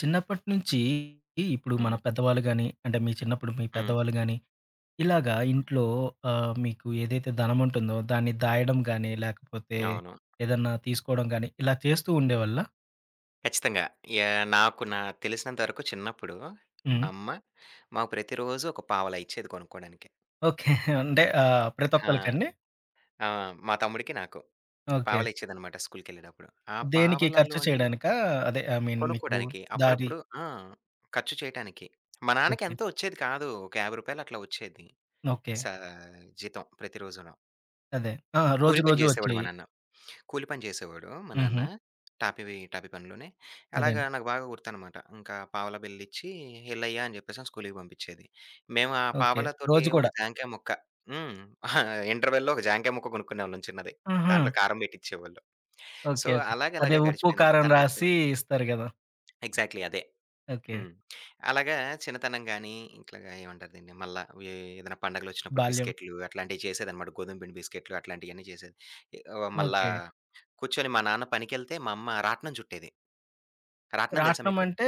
చిన్నప్పటి నుంచి ఇప్పుడు మన హ్మ్. పెద్దవాళ్ళు గాని, అంటే మీ చిన్నప్పుడు మీ హ్మ్. పెద్దవాళ్ళు గాని, ఇలాగా హ్మ్. ఇంట్లో మీకు ఏదైతే ధనం ఉంటుందో దాన్ని దాయడం గాని, లేకపోతే అవును. ఏదన్నా తీసుకోవడం గాని, ఇలా చేస్తూ ఉండేవాళ్ళా? ఖచ్చితంగా. యాహ్! నా తెలిసినంత వరకు చిన్నప్పుడు మా హ్మ్. అమ్మ మాకు ప్రతిరోజు ఒక పావలా ఇచ్చేది కొనుక్కోడానికి. ఓకే. అంటే ప్రతి ఆ! ఒక్కళ్ళకండి? ఆ! మా తమ్ముడికి, నాకు. ఓకే. పావలా ఇచ్చేదనమాట స్కూలుకెళ్ళేటప్పుడు. ఆ దేనికి ఖర్చు పావలాలోని చేయడానికా? అదే ఐ మీన్ మీకు కొనుక్కోడానికి దారి. అప్పుడప్పుడు ఆ! ఖర్చు చేయటానికి. మా నాన్నకి ఓకే. ఎంతో వచ్చేది కాదు. ఒక రూ. 50 అట్లా వచ్చేది. ఓకే. సా జీతం ప్రతిరోజును. అదే. ఆ! రోజు కూలి పని రోజు చేసేవాడు మా వచ్చేయి. నాన్న. కూలి పని చేసేవాడు మా నాన్న. హుహు. టాపీ పనిలోనే. అదే అలాగా అండి. నాకు బాగా గుర్తనమాట. ఇంకా పావలా బిళ్ళిచ్చి ఎల్లయ్యా! అని చెప్పేసని స్కూలుకి పంపించేది. మేము ఆ ఓకే. పావలాతోటి రోజు ఒక కూడా. జాంకాయ ముక్క హ్మ్. ఇంటర్వెల్‌లో ఒక జాంకాయ ముక్క కొనుక్కునేవాళ్ళం చిన్నది. ఆహా! దాంట్లో కారం పెట్టిచ్చేవాళ్ళు. So, okay. ఓకే. అదే అలాగలాగా ఉప్పు, గడిచిపోయింది. కారం తర్వాత రాసి ఇస్తారు గదా! ఎగ్జాక్ట్‌లీ అదే. ఓకే. హ్మ్. అలాగా చిన్నతనం గాని, ఇట్లాగా ఏమంటారు దీన్ని, మళ్ళా ఏ ఏదైనా పండగలొచ్చినప్పుడు బాల్యం. బిస్కెట్‌లు అట్లాంటియి చేసేదనమాట. గోధుమ పిండి బిస్కెట్‌లు అట్లాంటియన్నీ చేసేది. మళ్ళా ఓకే. కూర్చొని మా నాన్న పనికెళ్తే మా అమ్మ రాట్నం చుట్టేది. రాట్నం తెలుసా రాట్నం మీకు? అంటే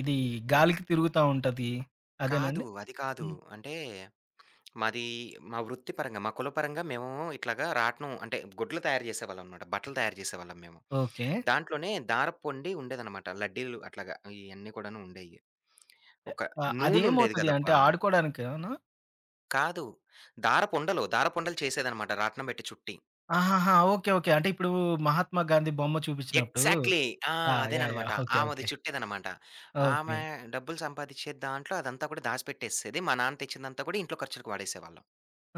ఇది గాలికి తిరుగుతా ఉంటది. కాదు. అదేనండి? అది కాదు. హ్మ్. అంటే మాది మా వృత్తిపరంగా, మా కులపరంగా మేము ఇట్లాగా రాట్నం అంటే గుడ్లు తయారు చేసేవాళ్ళమనమాట. బట్టలు తయారు చేసేవాళ్ళం మేము. ఓకే. దాంట్లోనే దారపుండి ఉండేదనమాట. లడ్డీలు అట్లాగా ఇయన్నీ కూడాను ఉండేయి. ఒక అ నూలుండేది అదేమవుతది? అంటే కదబ్బా! ఆడుకోడానికేనా? కాదు. దారపుండలు, దారపుండలు చేసేదనమాట రాట్నం పెట్టి చుట్టి. ఆహాహా! ఓకే. ఓకే. అంటే ఇప్పుడు 'మహాత్మా గాంధీ' బొమ్మ చూపించినప్పుడు ఎగ్జాక్ట్‌లీ. ఆ! ఆ! యాహ్! అదేననమాట. యాహ్! ఓకే. ఆమెది ఓకే. చుట్టేదనమాట. ఓకే. ఆమె డబ్బులు సంపాదిచ్చే దాంట్లో అదంతా కూడా దాసిపెట్టేసేది. మా నాన్న తెచ్చిందంతా కూడా ఇంట్లో ఖర్చులకు వాడేసేవాళ్ళం.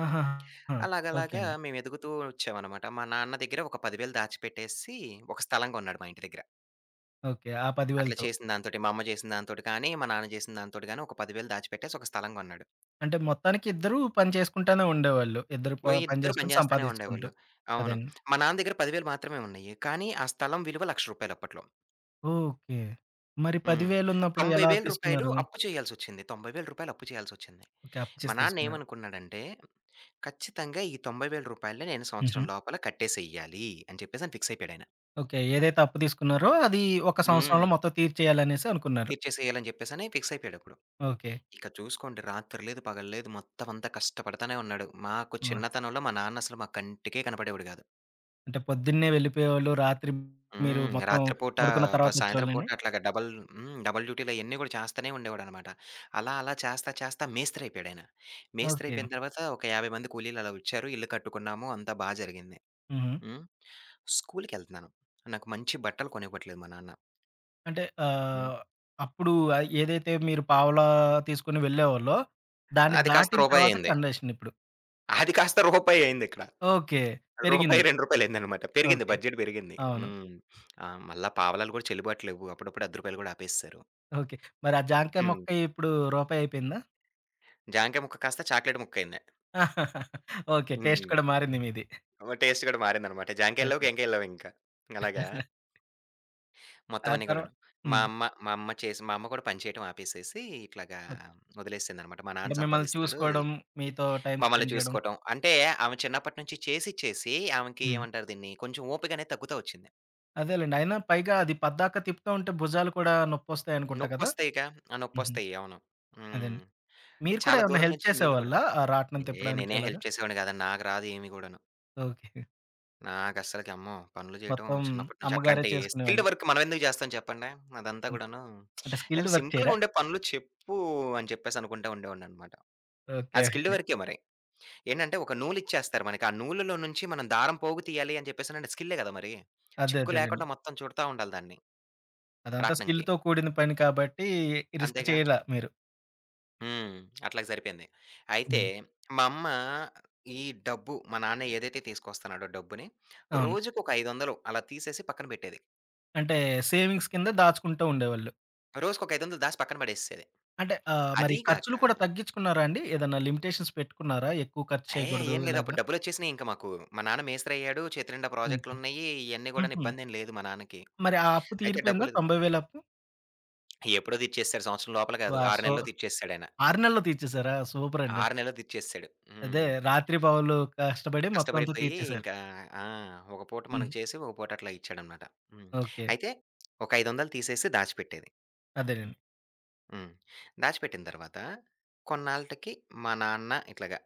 ఆహాహా! ఓకే అలాగలాగా అండి. మేము ఎదుగుతూ వచ్చామనమాట. మా నాన్న దగ్గర ఒక 10,000 దాచిపెట్టేసి ఒక స్థలం కొన్నాడు మా ఇంటి దగ్గర. ఓకే. ఆ అట్లా 10,000తో చేసిన దాంతోటి మా అమ్మ చేసిన దాంతోటి కానీ, మా నాన్న చేసిన దాంతోటి గాని ఒక 10,000 దాచిపెట్టేసి ఒక స్థలం కొన్నాడు. అంటే మొత్తానికి ఇద్దరు పని చేసుకుంటానే ఉండేవాళ్ళు. ఇద్దరు ప ఓహ్! పని ఇద్దరు పని చేసుకొని చేస్తానే సంపాదించుకుంటూ. ఉండేవాళ్ళు. అవును. అదండి. మా నాన్న దగ్గర 10,000 మాత్రమే ఉన్నాయి. కానీ ఆ స్థలం విలువ రూ. 1,00,000 అప్పట్లో. ఓకే. మరి హ్మ్. 10,000 రూ. ఉన్నప్పుడు ఎలా 90,000 తీసుకున్నారు? అప్పు చేయాల్సొచ్చింది. రూ. 90,000 అప్పు చేయాల్సొచ్చింది. ఓకే. మా అప్పుచేసి తీసుకున్నారు. నాన్నేమనుకున్నాడంటే, ఖచ్చితంగా ఈ రూ. 90,000 నేను హుహు. సంవత్సరం లోపల కట్టేసేయాలి అని చెప్పేసని ఫిక్స్ అయిపోయాడాయన. ఓకే. ఏదైతే అప్పు తీసుకున్నారో అది ఒక సంవత్సరంలో హ్మ్. మొత్తం తీర్చేయాలనేసి అనుకున్నారు. తీర్చేసేయాలని చెప్పేసని ఫిక్స్ అయిపోయాడప్పుడు. ఓకే. ఇక చూసుకోండి రాత్రి లేదు, పగలు లేదు మొత్తం అంతా కష్టపడతానే ఉన్నాడు. మాకు ఆ! చిన్నతనంలో మా నాన్న అసలు మా కంటికే కనపడేవాడు గాదు. అంటే పొద్దున్నే వెళ్ళిపోయేవాళ్ళు. రాత్రి మీరు హ్మ్. మొత్తం రాత్రి పూట పడుకున్న తర్వాత సాయంత్రం పూట వచ్చేవాళ్ళండి? అట్లాగా డబల్ హ్మ్. డబల్ డ్యూటీలు అయన్నీ గూడా చేస్తనే ఉండేవాడనమాట. అలా, అలా చేస్తా, చేస్తా మేస్త్రి అయిపోయాడాయన. మేస్త్రి ఓకే. అయిపోయిన తర్వాత ఒక 50 మంది కూలీలు అలా వచ్చారు. ఇల్లు కట్టుకున్నాము. అంతా బా జరిగింది. హుహు. హ్మ్. స్కూలుకెళ్తున్నాను. నాకు మంచి బట్టలు కొనివ్వట్లేదు మా నాన్న. అంటే హ్మ్. అప్పుడు ఏదైతే మీరు పావలా తీసుకొని వెళ్ళేవాళ్ళో దాన్ని అది కాస్త దాటిన తర్వాత రూపాయయింది. కండెషన్ ఇప్పుడు. అది కాస్త రూపాయయిందిక్కడ. ఓకే. రూ. పెరిగింది. 2 అయిందనమాట. పెరిగింది ఓకే. బడ్జెట్ పెరిగింది. అవును. హ్మ్. ఆ! మళ్ళా పావలాలు గూడా చెల్లుబాటు లేవు. అప్పుడప్పుడు రూ. 10 కూడా ఆపేసేశారు. ఓకే. మరి ఆ జాంకాయ హ్మ్. మొక్క ఇప్పుడు రూపాయి అయిపోయిందా? జాంకాయ ముక్క కాస్త చాక్లేట్ ముక్కయింది. ఓకే. టేస్ట్ హ్మ్. కూడా మారింది మీది. ఓ టేస్ట్ కూడా మారిందనమాట. ఓకే. జాంకాయల్లోకి ఎంకాయల్లోవింకా. అలాగా ఆ మొత్తం అన్నీ తర్వా కూడాను. హ్మ్. మా అమ్మ కూడా పని చేయటం ఆపేసేసి ఇట్లాగా ఓకే. వదిలేసిందనమాట. మా అంటే నాన్న మిమ్మల్ని సంపాదిస్తున్నాడు అది చూసుకోవడం, మీతో టైమ్ మమ్మల్ని స్పెండ్ జేయడం. చూసుకోవటం. అంటే ఆమె చిన్నప్పటి నుంచి చేసి చేసి ఆమెకి హ్మ్. ఏమంటారు దీన్ని కొంచెం ఓపిక అనేది తగ్గుతా వచ్చింది. అదేలెండి. అయినా పైగా అది పద్దాక తిప్పుతా ఉంటే భుజాలు కూడా నొప్పొస్తాయనుకుంటా కదా! నొప్పొస్తాయిగా. ఆ! హుహు. నొప్పొస్తాయి. అవును. హ్మ్. అదండి. మీరు కూడా చాలా ఏమన్నా దూరం హెల్ప్ నుంచి నీళ్ళు కూడా చేసేవాళ్ళా? ఆ రాట్నం తిప్పడానికి నేనేం అలాగా? హెల్ప్ చేసేవాడిని కాదండి. నాకు రాదు ఏమి గూడాను. ఓకే. నాకస్సలకి అమ్మో! పనులు చేయటం మొత్తం చిన్నప్పటి నుంచి అమ్మగారే అట్లాంటి స్కిల్డ్ చేసుకునేవాళ్ళు. వర్క్ మనమెందుకు జేస్తాం చెప్పండి? అదంతా అంతే. గూడాను అంటే నేను స్కిల్డ్ వర్క్ సింపుల్‌గా చేయరా? ఉండే పనులు చెప్పు అని చెప్పేసి అనుకుంటా ఉండేవాడిననమాట. ఆ ఓకే. Skilled okay. వర్కే మరి. ఏంటంటే ఒక నూలిచ్చేస్తారు మనకి. ఆ నూలులో నుంచి మనం దారం పోగు తీయాలి అని చెప్పేసనంటే స్కిల్లే గదా మరి. అదే చిక్కు అదేలెండి. లేకుండా మొత్తం చుడతా ఉండాలి దాన్ని అదంతా రాట్నంకి. స్కిల్‌తో కూడిన పని కాబట్టి రిస్క్ అంతేగా. చేయలా మీరు. హ్మ్. అట్లాగ సరిపోయింది. అయితే హ్మ్. మా అమ్మ ఈ డబ్బు మా నాన్న ఏదైతే తీసుకొస్తున్నాడో డబ్బుని అవును. రోజుకొక 500 అలా తీసేసి పక్కన పెట్టేది. అంటే సేవింగ్స్ కింద దాచుకుంటూ ఉండేవాళ్ళు. రోజుకొక 500 దాసి పక్కన పడేసేసేది. అంటే మరి అదీ గాక ఖర్చులు కూడా తగ్గించుకున్నారా అండి? ఏదన్నా లిమిటేషన్స్ పెట్టుకున్నారా? ఎక్కువ ఖర్చు ఏహ్! చేయకూడదు అయ్యేం లేదు. ఇలాగా? అప్పుడు డబ్బులొచ్చేసినియి ఇంక మాకు. మా నాన్న మేస్త్రయ్యాడు. చేతి నిండా ఓకే. ప్రాజెక్టులున్నయి. ఇయన్నీ గూడాను హుహు. ఇబ్బందేం లేదు మా నాన్నకి. మరి ఆ అప్పు అయితే తీరిపోయిందా, డబ్బులు 90,000 అప్పు? ఎప్పుడో తెచ్చేసాడు. సంవత్సరం లోపల కాదు. వా 6 సో, నెలల్లో తెచ్చేసాడాయన. 6 నెలల్లో తీర్చేసారా? సూపరండి. 6 నెలల్లో తెచ్చేసాడు. అదే, హ్మ్. రాత్రి పగలు కష్టపడి మొత్తం అంతా కష్టపడిపోయి తీర్చేసారు. ఇంకా ఆ! ఒక పూట హ్మ్. మనకు చేసి, ఒక పూట అట్లా ఇచ్చాడనమాట. హ్మ్. ఓకే. అయితే ఒక 500 తీసేసి దాచిపెట్టేది. అదేనండి. హ్మ్. దాచిపెట్టిన తర్వాత కొన్నాళ్ళకి మా నాన్న ఇట్లాగా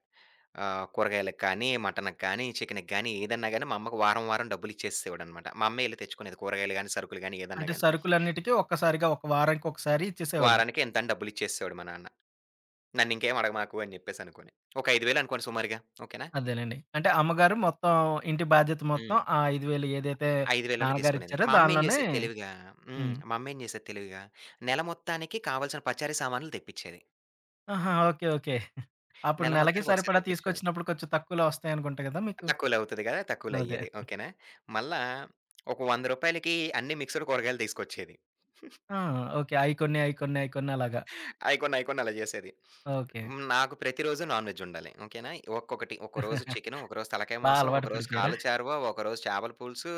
కూరగాయలకు కానీ, మటన్‌కి కానీ, చికెన్‌కి కానీ ఏదన్నా గాని మా అమ్మకు వారం, వారం డబ్బులు ఇచ్చేసేసేవాడనమాట. మా అమ్మే ఎళ్లి తెచ్చుకునేది కూరగాయలు గాని, సరుకులు గాని ఏదన్నా అంటే గాని. సరుకులన్నిటికి ఒక్కసారిగా ఒక వారానికి ఒకసారి ఇచ్చేసేవాళ్ళు. వారానికి ఇంతని డబ్బులు ఇచ్చేసేసేవాడు మా నాన్న. నన్నింకేం అడగమాకు అని చెప్పేసి అనుకోని. ఒక 5,000 అనుకోండి సుమారుగా. ఓకేనా? అదేనండి. అంటే అమ్మగారు మొత్తం, ఇంటి బాధ్యత మొత్తం హ్మ్. ఆ 5,000 ఏదైతే 5,000లోనే తీసుకునేది. నాన్నగారిచ్చారో మా అమ్మ ఏం దానిలోనే. చేసేది తెలివిగా హ్మ్. హ్మ్. మా అమ్మ ఏం చేసేది తెలివిగా నెల మొత్తానికి కావాల్సిన పచారీ సామాన్లు తెప్పిచ్చేది. ఆహా! ఓకే. ఓకే. అప్పుడు నెల నెలకి మొత్తానికి ఒకసారి సరిపడా తెప్పించుకునేది. తీసుకొచ్చినప్పుడు కొంచెం తక్కువలో వస్తాయనుకుంటా గదా మీకు? తక్కువలో అవుతది గదా! తక్కువలో అదే. అయ్యేది. ఓకేనా? మళ్ళా ఒక రూ. 100కి అన్ని మిక్స్‌డ్ కూరగాయలు తీసుకొచ్చేది. ఆ! ఓకే. అయి కొన్ని, అయి కొన్ని, అయి కొన్ని అలాగా. అయి కొన్ని, అయి కొన్ని అలా జేసేది. ఓకే. హ్మ్. నాకు ప్రతిరోజు నాన్‌వెజ్ ఉండాలి. ఓకేనా? ఒక్కొక్కటి ఒకరోజు చికెను, ఒకరోజు తలకాయ బా మాసం, అలవాటు ఒకరోజు పడిపోయారా? కాళ్ళ చారువ, ఒకరోజు చేపల పులుసు,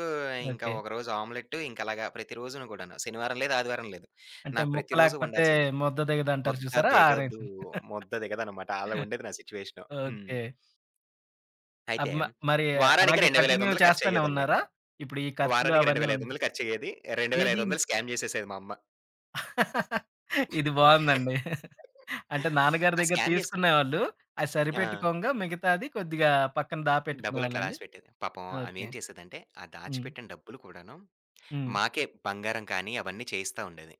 ఇంకా ఓకే. ఒకరోజు ఆమ్లెట్ ఇంకా అలాగా ప్రతిరోజును గూడాను. శనివారం లేదు, ఆదివారం లేదు. అంటే నాకు ముక్క ప్రతిరోజు లేకపోతే వండాల్సిందే. ముద్ద దిగదంటారు ముద్ద చూసారా? ఆ రేంజ్. దిగదు. ముద్ద దిగదనమాట. అలా ఉండేది నా సిట్యుయేషను. హ్మ్. ఓకే. అబ్ అయితే మ మరి వారానికి అలాగే కంటిన్యూ 2,500 చేస్తానే ఖర్చయ్యేదండి. ఉన్నారా? ఇప్పుడు ఈ ఖర్చులు వారానికి అవన్నీ ఉన్నాయి. 2,500 ఖర్చయ్యేది. ఏది. 2,500 స్కామ్ జేసేసేది మా అమ్మ. ఇది బావుందండి. అంటే నాన్నగారి ఆ దగ్గర స్కామ్ జేసింది. తీసుకునేవాళ్ళు. అది ఆ! సరిపెట్టుకోంగా మిగతాది కొద్దిగా పక్కన డబ్బులట్లా దాపెట్టుకునేవాళ్ళండి? దాచిపెట్టేది. పాపం ఓకే. ఆమేం చేసేదంటే, ఆ హ్మ్. దాచిపెట్టిన డబ్బులు కూడాను హ్మ్. మాకే బంగారం కానీ, అవన్నీ చేయిస్తా ఉండేది.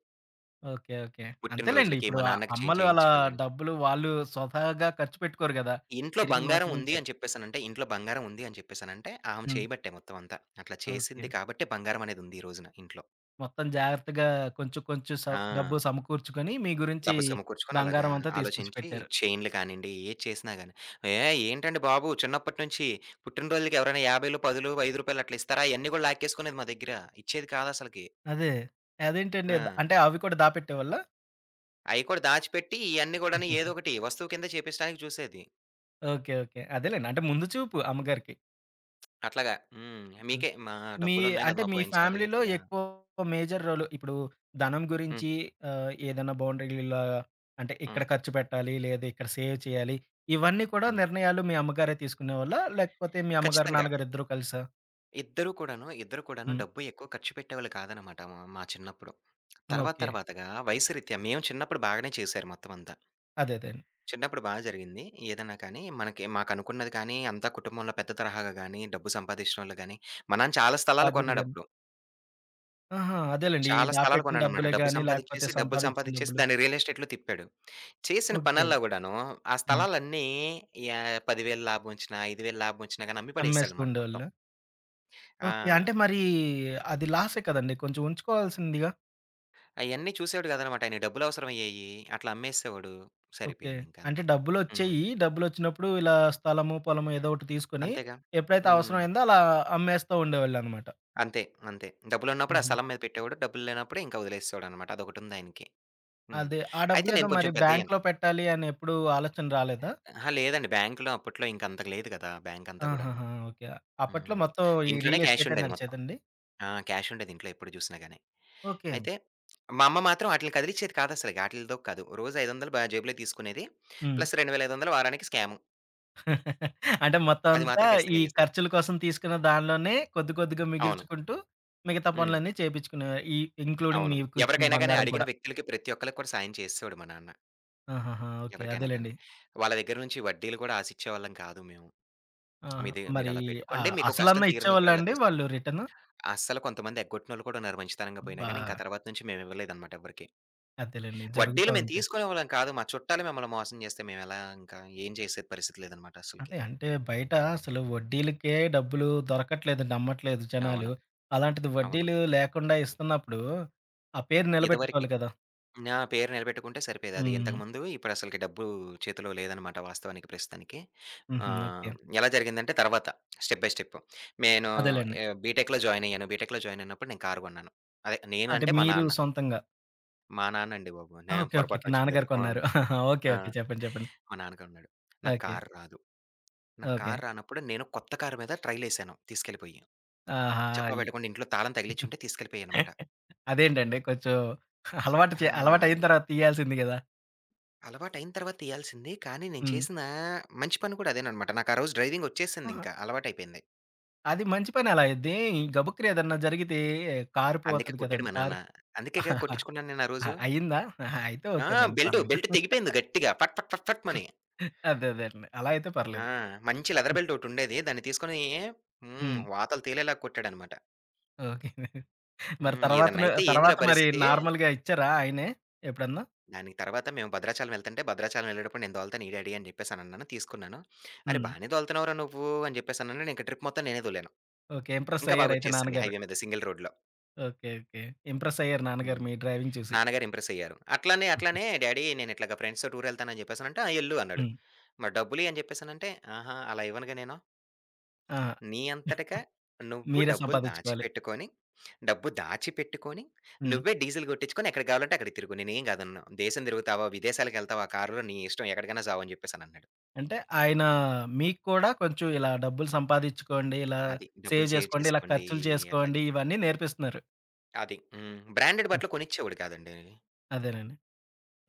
ఓకే. ఓకే. అంతేలెండి. పుట్టినరోజులకి ఇప్పుడు మా నాన్నకి చేంజ్ అమ్మలు అలా చేయించడాలు గాని. డబ్బులు వాళ్ళు స్వతహాగా ఖర్చు పెట్టుకోరు గదా! తిరిగి మన గురించే. ఇంట్లో బంగారం ఉంది అని చెప్పేసనంటే, ఆమె హ్మ్. చేయబట్టే మొత్తం అంతా. అట్లా ఓకే. చేసింది కాబట్టే బంగారం అనేది ఉంది ఈ రోజున ఇంట్లో. మొత్తం జాగ్రత్తగా, కొంచెం కొంచెం ఆ! డబ్బు సమకూర్చుకొని మీ గురించి డబ్బు సమకూర్చుకొని అలాగా బంగారం అంతా తీసుకొచ్చి ఆలోచించి పెట్టారు. చైన్‌లు కానియండి, ఏది చేసినా గాని. ఏహ్! ఏంటండి బాబు చిన్నప్పటి నుంచి పుట్టినరోజులకి ఎవరైనా 50, 10, రూ. 5 అట్లా ఇస్తారా? అయన్నీ కూడా లాక్కేసుకునేది మా దగ్గర. ఇచ్చేది కాదసలకి. అదే. అదేంటండి? ఆ! అంటే అవి కూడా దాపెట్టేవాళ్ళా? అయి కూడా దాచిపెట్టి ఇయన్నీ గూడాను ఏదో ఒకటి వస్తువు కింద చేపించడానికి చూసేది. ఓకే. ఓకే. అదేలెండి. అంటే ముందు చూపు అమ్మగారికి. అట్లాగా. హ్మ్. మీకే మా మీ, డబ్బులున్నాయి గదా! అంటే మా మీ పోయినసారి ఫ్యామిలీలో ఇట్లాగా. ఎక్కువ మేజర్ రోలు ఇప్పుడు ధనం హ్మ్. గురించి, ఏదైనా బౌండరీ‌లా, అంటే ఇక్కడ హ్మ్. ఖర్చు పెట్టాలి, లేదా ఇక్కడ సేవ్ చేయాలి, ఇవన్నీ కూడా హ్మ్. నిర్ణయాలు మీ అమ్మగారే తీసుకునేవాళ్ళా? లేకపోతే మీ అమ్మగారు, ఖచ్చితంగా. నాన్నగారు ఇద్దరూ కలిసా? ఇద్దరూ కూడాను, ఇద్దరు కూడాను హ్మ్. డబ్బు ఎక్కువ ఖర్చు పెట్టేవాళ్ళు కాదనమాట మా మా చిన్నప్పుడు. తర్వాత ఓకే. తర్వాతగా వయసు రీత్యా మేము చిన్నప్పుడు బాగానే చేశారు మొత్తం అంతా. అదే అదే అండి. చిన్నప్పుడు బా జరిగింది. ఏదన్నా కానీ మనకి మాకనుకున్నది కానీ, అంతా కుటుంబంలో పెద్ద తరహాగా గానీ, డబ్బు సంపాదిచ్చినోళ్ళు గానీ, మా నాన్న చాలా స్థలాలు బాధ్యత గాని. కొన్నాడప్పుడు. ఆహా! అదేలెండి. ఈ చాలా స్థలాలు దాపెట్టిన కొన్నాడనమాట. డబ్బులే డబ్బు గాని, లేకపోతే సంపాదిచ్చేసి, డబ్బులు సంపాదించిన సంపాదిచ్చేసి డబ్బులు. దాన్ని రియల్ ఎస్టేట్‌లో తిప్పాడు. చేసిన ఓకే. పనల్లా గూడాను ఆ హ్మ్. స్థలాలన్నీ యాహ్! 10,000 లాభమొచ్చినా, 5,000 లాభమొచ్చినా గానీ అమ్మి అమ్మేస్తూ పడేసాడనమాట మొత్తం. ఉండేవాళ్ళా? ఓకే. ఆ! అంటే మరి అది లాసే కదండీ! కొంచెం ఉంచుకోవాల్సిందిగా? అయన్నీ చూసేవాడు గాదనమాట. ఆయనకి డబ్బులవసరమయ్యేయి. అట్లా అమ్మేసేవాడు. ఓకే. అంటే సరిపోయిందింకంతే. హ్మ్. డబ్బులొచ్చేయి. డబ్బులొచ్చినప్పుడు ఇలా స్థలము, పొలము ఏదో ఒకటి తీసుకొని అంతేగా. ఎప్పుడైతే హ్మ్. అవసరమైందో అలా అమ్మేస్తా ఉండేవాళ్ళనమాట. అంతే. అంతే. డబ్బులున్నప్పుడు ఆ హుహు. స్థలం మీద పెట్టేవాడు. డబ్బులు లేనప్పుడు ఇంకా వదిలేసేవాడనమాట. అదొకటుందాయనకి. హ్మ్. అదే. ఆ అయితే డబ్బులేదో నేను మరి కొంచెం పెద్దయ్యాను. బ్యాంక్‌లో పెట్టాలి అని ఎప్పుడు ఆలోచన రాలేదా? అహా! లేదండి. బ్యాంక్‌లో అప్పట్లో ఇంక అంతకు లేదు కదా! బ్యాంక్ అంతా గూడాను. ఆహాహా! ఓకే. అప్పట్లో హ్మ్. మొత్తం ఈ ఇంట్లోనే రియల్ ఎస్టేటే క్యాషుండేది మొత్తం. నడిచేదండి? ఆ! క్యాషుండేది ఇంట్లో ఎప్పుడు జూసినా గాని. ఓకే. అయితే మా అమ్మ మాత్రం ఆటిలిని కదిలిచ్చేది కాదసలకి. ఆటిలితో కాదు. రోజు 500 జేబులో తీసుకునేది. హ్మ్. ప్లస్ 2,500 వారానికి స్కాము. అంటే మొత్తం అది అంతా మాత్రం ఈ ఖచ్చితంగా జేసేది. ఖర్చుల కోసం తీసుకున్న దానిలోనే కొద్ది కొద్దిగా అవును. మిగిల్చుకుంటూ మిగతా హ్మ్. పనులన్నీ చేపించుకునేవారు. ఈ ఇంక్లూడింగ్ అవును. మీకు ఇచ్చిన ఎవరికైనా గాని బంగారం అడిగిన కూడా. వ్యక్తులకి ప్రతి ఒక్కళ్ళకి కూడా సాయం చేసేసేవాడు మా నాన్న. ఆహాహా! ఓకే. ఎవరికైనా కానీ. అదేలెండి. వాళ్ళ దగ్గర నుంచి వడ్డీలు కూడా ఆశిచ్చేవాళ్ళం కాదు మేము. ఆహా! మీది మరి మీరలా పెట్టుకోండి. మీకు కష్టం అసలన్నా తీరినప్పుడు ఇచ్చేవాళ్ళా అలా అండి తీసుకున్నాం. వాళ్ళు రిటర్ను? అస్సలు కొంతమంది ఎగ్గొట్టినోళ్ళు కూడా ఉన్నారు మంచితనంగా పోయినా అబ్బా! గానీ, ఇంకా ఆ తర్వాత నుంచి మేము ఇవ్వలేదన్నమాట ఎవ్వరికీ. అదేలెండి. జరుగుతా వడ్డీలు మేము ఉంటాయి. తీసుకునేవాళ్ళం కాదు. మా చుట్టాలు మమ్మల్ని మోసం చేస్తే మేమెలా ఇంకా ఏం చేసే పరిస్థితి లేదన్నమాట అస్సలకి. అదే, అంటే బయట అసలు వడ్డీలకే డబ్బులు దొరకట్లేదు, నమ్మట్లేదు జనాలు. అవును. అలాంటిది అవును. వడ్డీలు లేకుండా ఇస్తున్నప్పుడు, ఆ పేరు ఇదివరకి నిలబెట్టుకోవాలి కదా! నా పేరు నిలబెట్టుకుంటే సరిపోయేది అది హ్మ్. ఇంతకుముందు. ఇప్పుడసలకి డబ్బు చేతిలో లేదనమాట వాస్తవానికి ప్రస్తుతానికి. హుహు. ఆహ్, ఓకే. ఎలా జరిగిందంటే తర్వాత స్టెప్ బై స్టెప్. నేను అదేలెండి. బీటెక్‌లో జాయిన్ అయ్యాను. బీటెక్‌లో జాయిన్ అయినప్పుడు నేను కారు కొన్నాను. అదే నేను అంటే అంటే మా మీరు నాన్న. సొంతంగా. మా నాన్న అండి బాబు. ఆ! నేను ఓకే. ఓకే. ఓకే. పొరపాటున వచ్చిందది. నాన్నగారు ఆ! కొన్నారు. ఓకే. ఆ! ఓకే. చెప్పండి. చెప్పండి. మా నాన్న కొన్నాడు. నాకు ఓకే. కారు రాదు. నాకు ఓకే. కారు రానప్పుడు నేను కొత్త కారు మీద ట్రైలేసాను తీసుకెళ్ళిపోయి. ఆహా! చెప్పా ఈ పెట్టకుండా ఇంట్లో తాళం తగిలిచ్చుంటే తీసుకెళ్ళిపోయానమాట. అదేంటండి కొంచెం, అలవాటు చే అలవాటయిన ఆ! తర్వాత ఇయ్యాల్సింది గదా! అలవాటయిన తర్వాత తీయాల్సింది. కానీ నేను హ్మ్. చేసిన మంచి పని కూడా అదేననమాట. నాకు ఆ రోజు డ్రైవింగ్ వచ్చేసిందింకా. అలవాటయిపోయింది. అది మంచి పని అలా అయిద్ది. ఈ గబుక్కున ఏదన్నా జరిగితే అందుకే కారిపోతది కొట్టాడు కదండీ, మా కారు! నాన్న. అందుకేగా కొట్టించుకున్నాను నేను ఆ రోజు. అయిందా? ఆహా! అయితే ఆ! ఓకేనండి. బెల్ట్, పర్లేదు. బెల్ట్ తెగిపోయింది గట్టిగా ఫట్ ఫట్ ఫట్ ఫట్ మని. అదే అదేనండి. అలా అయితే ఆ! పర్లేదు. మంచి లెదర్ బెల్ట్ ఒకటుండేది. దాన్ని తీసుకొని హ్మ్. హ్మ్. వాతలు తేలేలాగా కొట్టాడనమాట. ఓకే. మరి హ్మ్. "ఏదన్నా తర్వాతను అయితే ఏందిరా తర్వాత మరి పరిస్థితి" నార్మల్‌గా ఇచ్చారా ఆయనే ఎప్పుడన్నా? దానికి తర్వాత మేము భద్రాచలం వెళ్తుంటే, "భద్రాచలం వెళ్ళేటప్పుడు నేను దోలుతాను ఈ డాడీ" అని చెప్పేసనన్నాను. తీసుకున్నాను. "అరె! హ్మ్. బానే దోలుతున్నావురా నువ్వు" అని చెప్పేసనన్నాడు. ఇంక ట్రిప్ మొత్తం నేనే దోలాను. ఓకే. ఇంప్రెస్ ఇంకా అయ్యారయితే బాగొచ్చేసింది నాన్నగారు. హైవే మీద సింగిల్ రోడ్‌లో. ఓకే. ఓకే. ఇంప్రెస్ అయ్యారు నాన్నగారు హ్మ్. మీ డ్రైవింగ్ చూసి. నాన్నగారు ఇంప్రెసయ్యారు. అట్లనే, అట్లనే డ్యాడీ నేనిట్లాగా ఫ్రెండ్స్‌తో టూరెళ్తానని జెప్పేసనంటే, "ఆ! ఎళ్ళు" అన్నాడు. హ్మ్. మరి డబ్బులియ్యి అని జెప్పేసనంటే, "ఆహా! అలా ఇవ్వనుగా నేను. ఆ! నీ అంతటగా నువ్వు మీరే డబ్బులు సంపాదించుకోవాలి. దాచిపెట్టుకొని, డబ్బు దాచిపెట్టుకొని, హ్మ్. నువ్వే డీజిల్ గొట్టించుకొని ఎక్కడికి గావాలంటే అక్కడికి తిరుగు. నేనేం గాదనను. దేశం తిరుగుతావా, విదేశాలకెళ్తావా కారులో నీ ఇష్టం. ఎక్కడికైనా సావు" అని జెప్పేసనన్నాడు. అంటే ఆయన మీకు కూడా కొంచెం ఇలా డబ్బులు సంపాదించుకోండి, ఇలా అది. సేవ్ డబ్బులు సేవ్ జేసుకోండి, ఇలా చేసుకోండి ఖర్చులు చేసుకోండి అట్లాగా. ఇవన్నీ నేర్పిస్తున్నారు. అది. హ్మ్. బ్రాండెడ్ ఉం, బట్టలు కొనిచ్చేవాడు కాదండి. అదేనండి.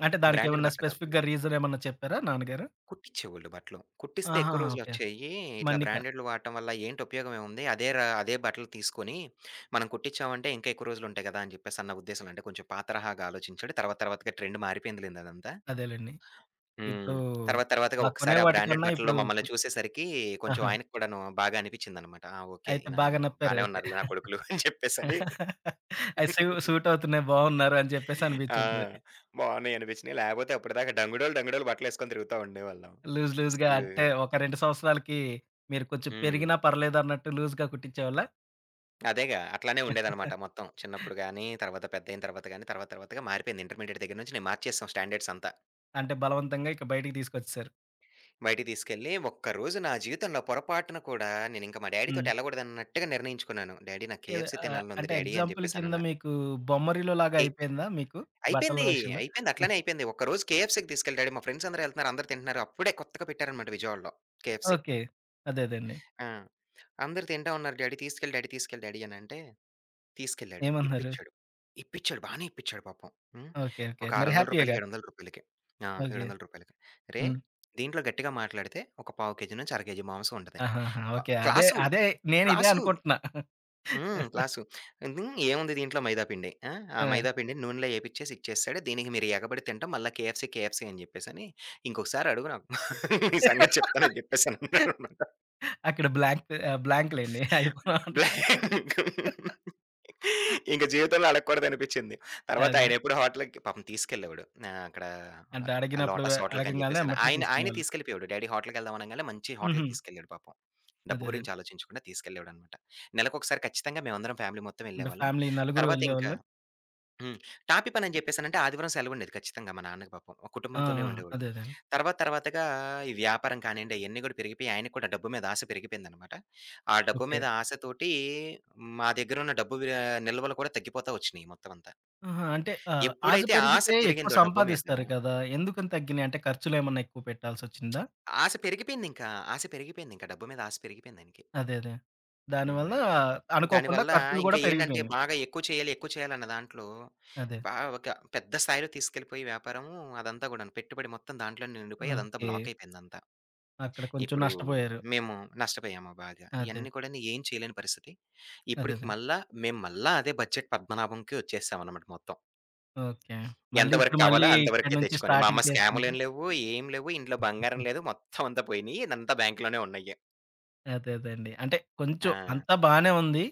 అంటే బ్రాండెడ్ దానికేమన్నా బట్టలు కాకుండా స్పెసిఫిక్‌గా రీజన్ ఏమన్నా చెప్పారా నాన్నగారు? కుట్టించేవోళ్ళు బట్టలు. కుట్టిస్తే ఎక్కువ ఆహాహా! ఓకే. రోజులొచ్చేయి. ఇట్లా మన్నిక. బ్రాండెడ్‌లు వాడటం వల్ల ఏంటి ఉపయోగమేముంది? అదే బట్టలు తీసుకొని మనం కుట్టిచ్చామంటే ఇంకా ఎక్కువ రోజులుంటాయి గదా! అని జెప్పేసన్న ఉద్దేశంలో అంటే కొంచెం పాత తరహాగా ఆలోచించాడు. తర్వాత తర్వాతగా ట్రెండ్ మారిపోయిందిలెండి అదంతా. అదేలెండి. హ్మ్. ఇప్పుడు తర్వాత తర్వాతగా అలా కొనే ఒక్కసారి ఆ బ్రాండెడ్ వాటికన్నా బట్టల్లో ఇప్పుడు మమ్మల్ని చూసేసరికి కొంచెం ఆహా! ఆయనకి కూడాను బాగా అనిపిచ్చిందనమాట. ఆ! ఓకే. అయితే ఈయన బాగా నప్పారు బానే అయితే. ఉన్నారులే నా కొడుకులు అని చెప్పేసని. అయి సూ సూట్ అవుతున్నాయి, బావున్నారు అని చెప్పేసి ఆ! అనిపించుంటది. బావున్నాయనిపిచ్చినియి. లేపోతే అప్పటిదాకా డంగుడోలు, డంగుడోలు బట్టలేసుకొని తిరుగుతా ఉండేవాళ్ళం. లూజ్ లూజ్‌గా స్కూ అంటే ఒక 2 సంవత్సరాలకి మీరు కొంచెం హ్మ్. పెరిగినా పర్లేదు అన్నట్టు లూజ్‌గా కుట్టించేవాళ్ళా? అదేగా. అట్లానే ఉండేదనమాట మొత్తం. చిన్నప్పుడు గాని, తర్వాత పెద్దయిన తర్వాత గాని, తర్వాత తర్వాతగా మారిపోయింది. ఇంటర్మీడియేట్ దగ్గర నుంచి నేను మార్చేసాం స్టాండర్డ్స్ అంతా. అంటే బలవంతంగా ఇక బయటికి తీసుకొచ్చేసారు. బయటికి తీసుకెళ్ళి ఒక్కరోజు నా జీవితంలో పొరపాటున కూడా నేనింక మా హ్మ్. డ్యాడీతోటి ఎళ్ళగూడదన్నట్టుగా నిర్ణయించుకున్నాను. డ్యాడీ నాకు ఏదో కేఎఫ్‌సీ తినాలనుంది అంటే డ్యాడీ అని ఎగ్జాంపుల్ కింద జెప్పేసనన్నా. మీకు బొమ్మరిల్లు లాగా కే అయిపోయిందా మీకు బట్టల అయిపోయింది. విషయంలో? అయిపోయింది. అట్లనే అయిపోయింది. ఒక్కరోజు కేఎఫ్‌సీకి తీసుకెళ్ళి డ్యాడీ మా ఫ్రెండ్స్ అందరూ ఎళ్తున్నారు. అందరూ తింటున్నారు. అప్పుడే కొత్తగా పెట్టారనమాట విజయవాడలో కేఎఫ్‌సీ. ఓకే. అదే అదేండి. ఆ! అందరూ తింటా ఉన్నారు. డ్యాడీ తీసుకెళ్ళు డ్యాడీ తీసుకెళ్ళు డ్యాడీ అనంటే తీసుకెళ్ళాడు. ఏమన్నారు? ఇప్పిచ్చాడు. ఇప్పిచ్చాడు. బానే ఇప్పిచ్చాడు పాపం. హ్మ్. ఓకే. ఓకే. ఒక రూ. మరి 600, రూ. హ్యాపీయేగా. 700 ఆ! రూ. ఓకే. 700 "రేయ్! హ్మ్. దీంట్లో గట్టిగా మాట్లాడితే ఒక పావు కేజీ నుంచి అర కేజీ మాంసం ఉంటది." ఆహాహా! ప ఓకే. అదే క్లాసు. అదే. నేను ఇదే క్లాసు. అనుకుంటున్నా. హ్మ్. క్లాసు. హ్మ్. "ఏముంది దీంట్లో మైదా పిండి. ఆ! ఆ ఆ! మైదా పిండిని నూనెలో ఏపిచ్చేసి ఇచ్చేసాడు. దీనికి మీరు ఎగబడి తినటం మళ్ళా కేఎఫ్‌సీ, కేఎఫ్‌సీ అని చెప్పేసని ఇంకొకసారి అడుగు నాకు నీ సంగతి చెప్తానని" చెప్పేసనన్నాడు. అక్కడ బ్లాంక్ బ్లాంక్ లేండి. అయిపోయామంట. బ్లాంక్. ఇంక జీవితంలో అడగకూడదనిపిచ్చింది. తర్వాత అదే. ఆయనెప్పుడు హోటల్‌కి పాపం తీసుకెళ్ళేవాడు. అక్కడ అంటే ఆ అడిగినప్పుడు లోటస్ హోటల్‌కని అడగంగానే జెప్పేసని. ఎమ్మటనే ఆయన ఆయనే తీసుకునేవాళ్ళు. తీసుకెళ్ళిపోయేవాడు. డ్యాడీ హోటల్‌కెళ్దాం అనంగానే మంచి హుహు. హోటల్‌కి తీసుకెళ్ళాడు పాపం. డబ్బు అదే అదే. గురించి ఆలోచించకుండా తీసుకెళ్ళేవాడనమాట. నెలకొకసారి ఖచ్చితంగా మేమందరం ఫ్యామిలీ మొత్తం అంటే ఎళ్ళేవాళ్ళం. ఫ్యామిలీ నలుగురు తర్వాతింక వెళ్ళేవాళ్ళా? హ్మ్. టాపీ పనని జెప్పేసనంటే ఆదివారం సెలవుండేది ఖచ్చితంగా మా నాన్నకి పాపం. ఆ! కుటుంబంతోనే ఆ! ఉండేవాడు. అదే అదే అండి. తర్వాత తర్వాతగా ఈ వ్యాపారం కానియండి అయన్నీ గూడా పెరిగిపోయి ఆయనకి కూడా డబ్బు మీద ఆశ పెరిగిపోయిందనమాట. ఆ డబ్బు ఓకే. మీద ఆశతోటి మా దగ్గరున్న డబ్బు నిల్వలు కూడా తగ్గిపోతా వచ్చినియి మొత్తం అంతా. ఆహా! అంటే ఆశ ఎప్పుడైతే ఆశ పెరిగితే ఎక్కువ పెరిగిందో డబ్బు మీద సంపాదిస్తారు కదా! ఎందుకని తగ్గినాయి? అంటే ఖర్చులేమన్నా ఎక్కువ పెట్టాల్సొచ్చిందా? ఆశ పెరిగిపోయిందింకా. ఆశ పెరిగిపోయిందింకా. డబ్బు మీద ఆశ పెరిగిపోయిందాయనకి. అదే. అదే. హ్మ్. దానివల్ల అనుకోకుండా దానివల్ల ఖర్చులు ఇంకా గూడా ఏంటంటే పెరిగిపోయినాయి. బాగా ఎక్కువ చేయాలి, ఎక్కువ చేయాలన్న దాంట్లో అదే. బాగా ఒక పెద్ద స్థాయిలో తీసుకెళ్ళిపోయి వ్యాపారము అదంతా గూడాను. పెట్టుబడి మొత్తం దాంట్లోనే నిండిపోయి అదంతా ఓకే. బ్లాక్ అయిపోయిందంతా. అక్కడ కొంచెం ఇప్పుడు నష్టపోయారు. మేము నష్టపోయాము బాగా. అదే. ఇయన్నీ కూడాను ఏం చేయలేని పరిస్థితి. ఇప్పటికి అదేదే. మళ్ళా మేము మళ్ళా అదే బడ్జెట్ పద్మనాభంకి వచ్చేసామనమాట మొత్తం. ఓకే. మళ్ళీ ఎంత వరకు ఇప్పుడు కావాలో మళ్ళీ ఇక్కడి అంతవరకే నుంచి తెచ్చుకొని. మా అమ్మ స్టార్టింగ్ చేసుకుంటూ. స్కాములేం లేవు, ఏం లేవు, ఇంట్లో బంగారం లేదు మొత్తం అంతా పోయినియి. ఇదంతా బ్యాంక్‌లోనే ఉన్నయ్యి. అదే. అదేండి. అంటే ఆ! కొంచెం అంతా బానే ఉంది.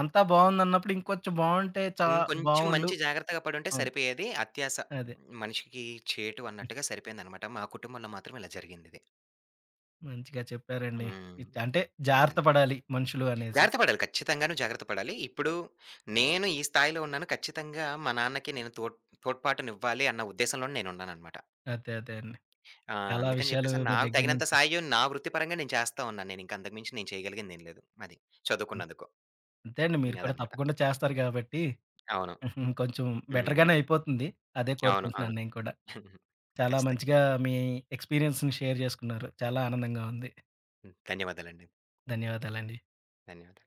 అంతా బావుందన్నప్పుడు ఇంకొంచెం బావుంటే హ్మ్. కొంచెం బావుండు మంచి జాగ్రత్తగా పడుంటే అవును. సరిపోయేది. అత్యాస అదే. మనిషికి చేటు అన్నట్టుగా సరిపోయిందనమాట. మా కుటుంబంలో మాత్రం ఇలా జరిగిందిది. మంచిగా చెప్పారండి. హ్మ్. ఇట్ అంటే జాగ్రత్త అదండి. పడాలి మనుషులు అనేసి. జాగ్రత్త పడాలి. ఖచ్చితంగాను జాగ్రత్త పడాలి. ఇప్పుడు నేను ఈ స్థాయిలో ఉన్నాను. ఖచ్చితంగా మా నాన్నకి నేను తోడ్పాటునివ్వాలి అన్న ఉద్దేశంలోనే నేనున్నాననమాట. అదే. అదే అండి. ఆ! చాలా అందుకని విషయాలు చెప్పేసి మీ నాకు దగ్గర తగినంత నుంచి. సాయం నా వృత్తిపరంగా నేను చేస్తా ఉన్నాను. నేనింక అంతకు మించి నేను చేయగలిగిందేం లేదు. అది. హ్మ్. చదువుకున్నందుకు. అంతే అండి. మీరు కూడా అదనమాట. తప్పకుండా చేస్తారు గాబట్టి అవును. కొంచెం హ్మ్. బెటర్‌గానే అయిపోతుంది. అదే అవును. కోరుకుంటున్నాను అవును. నేను కూడా. చాలా ఖచ్చితంగా. మంచిగా మీ ఎక్స్‌పీరియన్స్‌ని షేర్ జేసుకున్నారు. చాలా ఆనందంగా ఉంది. హ్మ్. ధన్యవాదాలండి. ధన్యవాదాలండి. ధన్యవాదాలు.